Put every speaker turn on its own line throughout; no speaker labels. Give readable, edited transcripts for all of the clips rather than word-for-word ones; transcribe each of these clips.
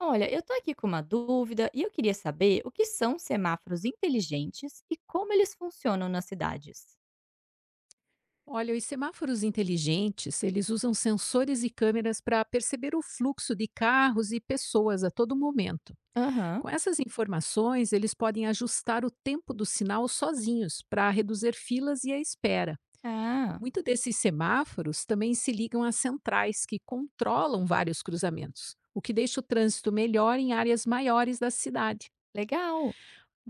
Olha, eu tô aqui com uma dúvida e eu queria saber o que são semáforos inteligentes e como eles funcionam nas cidades.
Olha, os semáforos inteligentes, eles usam sensores e câmeras para perceber o fluxo de carros e pessoas a todo momento.
Aham.
Com essas informações, eles podem ajustar o tempo do sinal sozinhos para reduzir filas e a espera.
Ah,
Muito desses semáforos também se ligam a centrais que controlam vários cruzamentos, o que deixa o trânsito melhor em áreas maiores da cidade.
legal.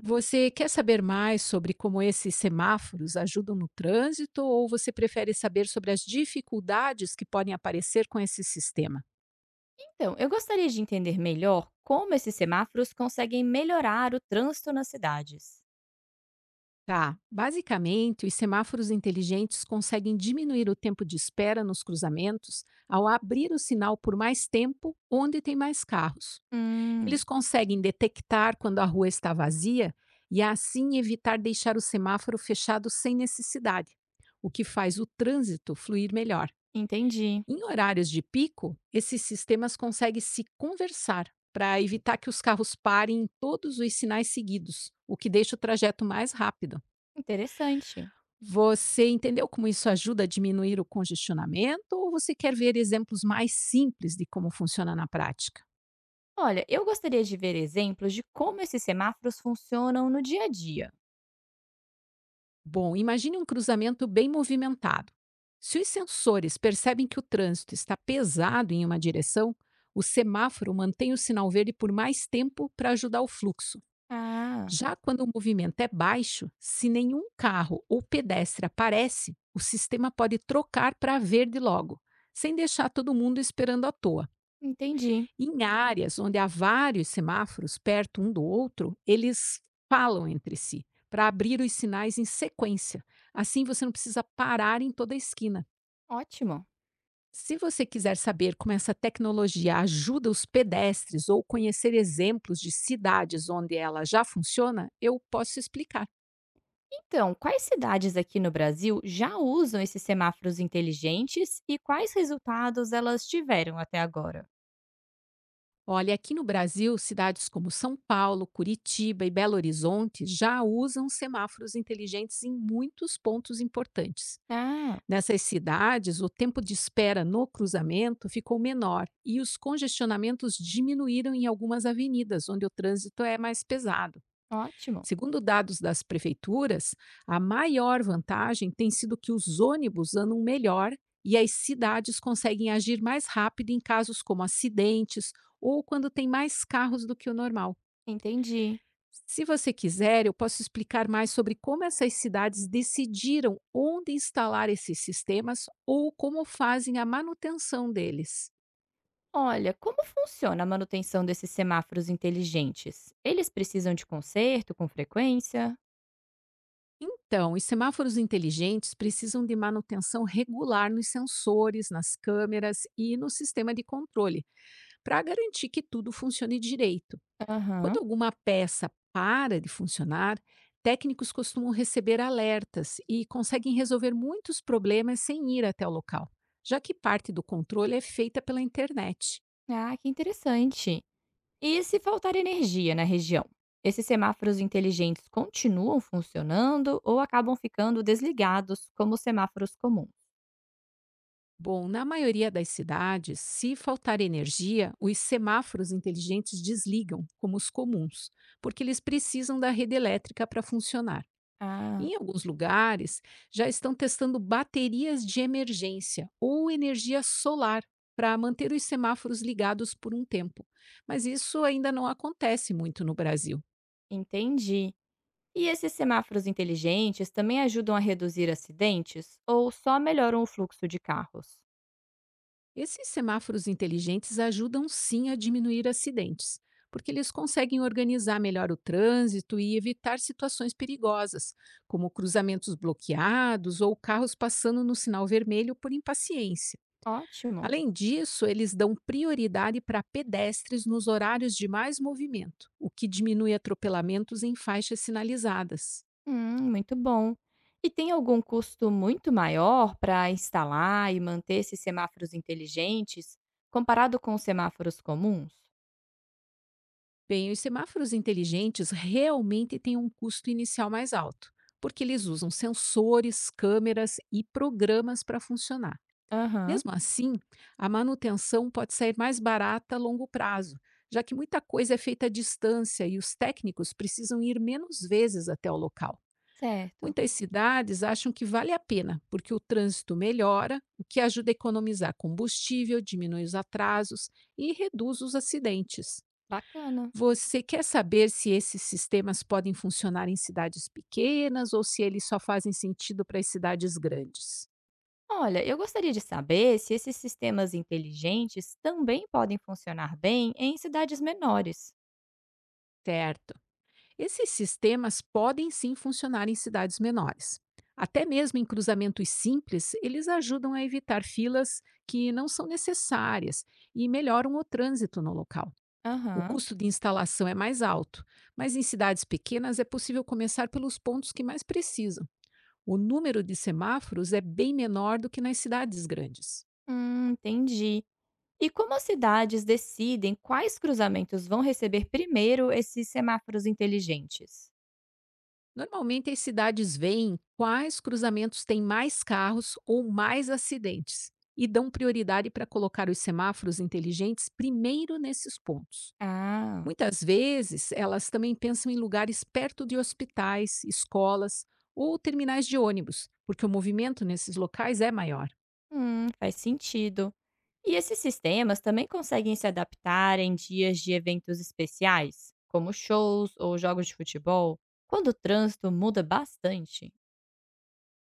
Você quer saber mais sobre como esses semáforos ajudam no trânsito ou você prefere saber sobre as dificuldades que podem aparecer com esse sistema?
Então, eu gostaria de entender melhor como esses semáforos conseguem melhorar o trânsito nas cidades.
Tá, basicamente, os semáforos inteligentes conseguem diminuir o tempo de espera nos cruzamentos ao abrir o sinal por mais tempo onde tem mais carros. Eles
Hum,
conseguem detectar quando a rua está vazia e assim evitar deixar o semáforo fechado sem necessidade, o que faz o trânsito fluir melhor.
entendi.
Em horários de pico, esses sistemas conseguem se conversar para evitar que os carros parem em todos os sinais seguidos, o que deixa o trajeto mais rápido.
Interessante.
Você entendeu como isso ajuda a diminuir o congestionamento ou você quer ver exemplos mais simples de como funciona na prática?
Olha, eu gostaria de ver exemplos de como esses semáforos funcionam no dia a dia.
Bom, imagine um cruzamento bem movimentado. Se os sensores percebem que o trânsito está pesado em uma direção, o semáforo mantém o sinal verde por mais tempo para ajudar o fluxo.
Ah,
Já quando o movimento é baixo, se nenhum carro ou pedestre aparece, o sistema pode trocar para verde logo, sem deixar todo mundo esperando à toa.
entendi.
Em áreas onde há vários semáforos perto um do outro, eles falam entre si para abrir os sinais em sequência. Assim você não precisa parar em toda a esquina.
Ótimo.
Se você quiser saber como essa tecnologia ajuda os pedestres ou conhecer exemplos de cidades onde ela já funciona, eu posso explicar.
Então, quais cidades aqui no Brasil já usam esses semáforos inteligentes e quais resultados elas tiveram até agora?
Olha, aqui no Brasil, cidades como São Paulo, Curitiba e Belo Horizonte já usam semáforos inteligentes em muitos pontos importantes.
Ah,
Nessas cidades, o tempo de espera no cruzamento ficou menor e os congestionamentos diminuíram em algumas avenidas onde o trânsito é mais pesado.
ótimo.
Segundo dados das prefeituras, a maior vantagem tem sido que os ônibus andam melhor e as cidades conseguem agir mais rápido em casos como acidentes ou quando tem mais carros do que o normal.
Entendi.
Se você quiser, eu posso explicar mais sobre como essas cidades decidiram onde instalar esses sistemas ou como fazem a manutenção deles.
Olha, como funciona a manutenção desses semáforos inteligentes? Eles precisam de conserto com frequência?
Então, os semáforos inteligentes precisam de manutenção regular nos sensores, nas câmeras e no sistema de controle, para garantir que tudo funcione direito. Quando
Aham.
alguma peça para de funcionar, técnicos costumam receber alertas e conseguem resolver muitos problemas sem ir até o local, já que parte do controle é feita pela internet.
Ah, que interessante. E se faltar energia na região? Esses semáforos inteligentes continuam funcionando ou acabam ficando desligados como os semáforos comuns?
Bom, na maioria das cidades, se faltar energia, os semáforos inteligentes desligam, como os comuns, porque eles precisam da rede elétrica para funcionar.
Ah.
Em alguns lugares, já estão testando baterias de emergência ou energia solar para manter os semáforos ligados por um tempo, mas isso ainda não acontece muito no Brasil.
Entendi. E esses semáforos inteligentes também ajudam a reduzir acidentes ou só melhoram o fluxo de carros?
Esses semáforos inteligentes ajudam sim a diminuir acidentes, porque eles conseguem organizar melhor o trânsito e evitar situações perigosas, como cruzamentos bloqueados ou carros passando no sinal vermelho por impaciência.
Ótimo.
Além disso, eles dão prioridade para pedestres nos horários de mais movimento, o que diminui atropelamentos em faixas sinalizadas.
Muito bom. E tem algum custo muito maior para instalar e manter esses semáforos inteligentes comparado com os semáforos comuns?
Bem, os semáforos inteligentes realmente têm um custo inicial mais alto, porque eles usam sensores, câmeras e programas para funcionar.
Aham,
Mesmo assim, a manutenção pode sair mais barata a longo prazo, já que muita coisa é feita à distância e os técnicos precisam ir menos vezes até o local.
certo.
Muitas cidades acham que vale a pena, porque o trânsito melhora, o que ajuda a economizar combustível, diminui os atrasos e reduz os acidentes.
Bacana.
Você quer saber se esses sistemas podem funcionar em cidades pequenas ou se eles só fazem sentido para as cidades grandes?
Olha, eu gostaria de saber se esses sistemas inteligentes também podem funcionar bem em cidades menores.
Certo. Esses sistemas podem sim funcionar em cidades menores. Até mesmo em cruzamentos simples, eles ajudam a evitar filas que não são necessárias e melhoram o trânsito no local. O
Aham,
custo de instalação é mais alto, mas em cidades pequenas é possível começar pelos pontos que mais precisam. O número de semáforos é bem menor do que nas cidades grandes.
entendi. E como as cidades decidem quais cruzamentos vão receber primeiro esses semáforos inteligentes?
Normalmente, as cidades veem quais cruzamentos têm mais carros ou mais acidentes e dão prioridade para colocar os semáforos inteligentes primeiro nesses pontos.
Ah,
Muitas vezes, elas também pensam em lugares perto de hospitais, escolas ou terminais de ônibus, porque o movimento nesses locais é maior.
faz sentido. E esses sistemas também conseguem se adaptar em dias de eventos especiais, como shows ou jogos de futebol, quando o trânsito muda bastante.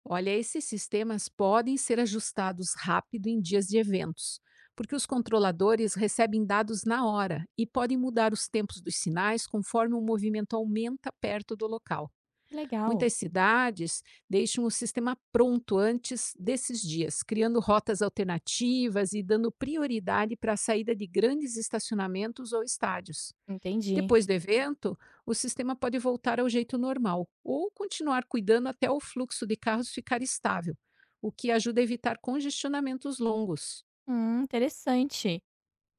Olha, esses sistemas podem ser ajustados rápido em dias de eventos, porque os controladores recebem dados na hora e podem mudar os tempos dos sinais conforme o movimento aumenta perto do local.
Legal,
Muitas cidades deixam o sistema pronto antes desses dias, criando rotas alternativas e dando prioridade para a saída de grandes estacionamentos ou estádios.
entendi.
Depois do evento, o sistema pode voltar ao jeito normal ou continuar cuidando até o fluxo de carros ficar estável, o que ajuda a evitar congestionamentos longos.
Interessante.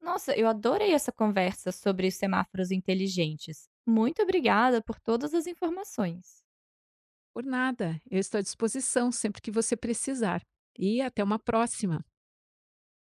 Nossa, eu adorei essa conversa sobre os semáforos inteligentes. Muito obrigada por todas as informações.
Por nada, eu estou à disposição sempre que você precisar. E até uma próxima!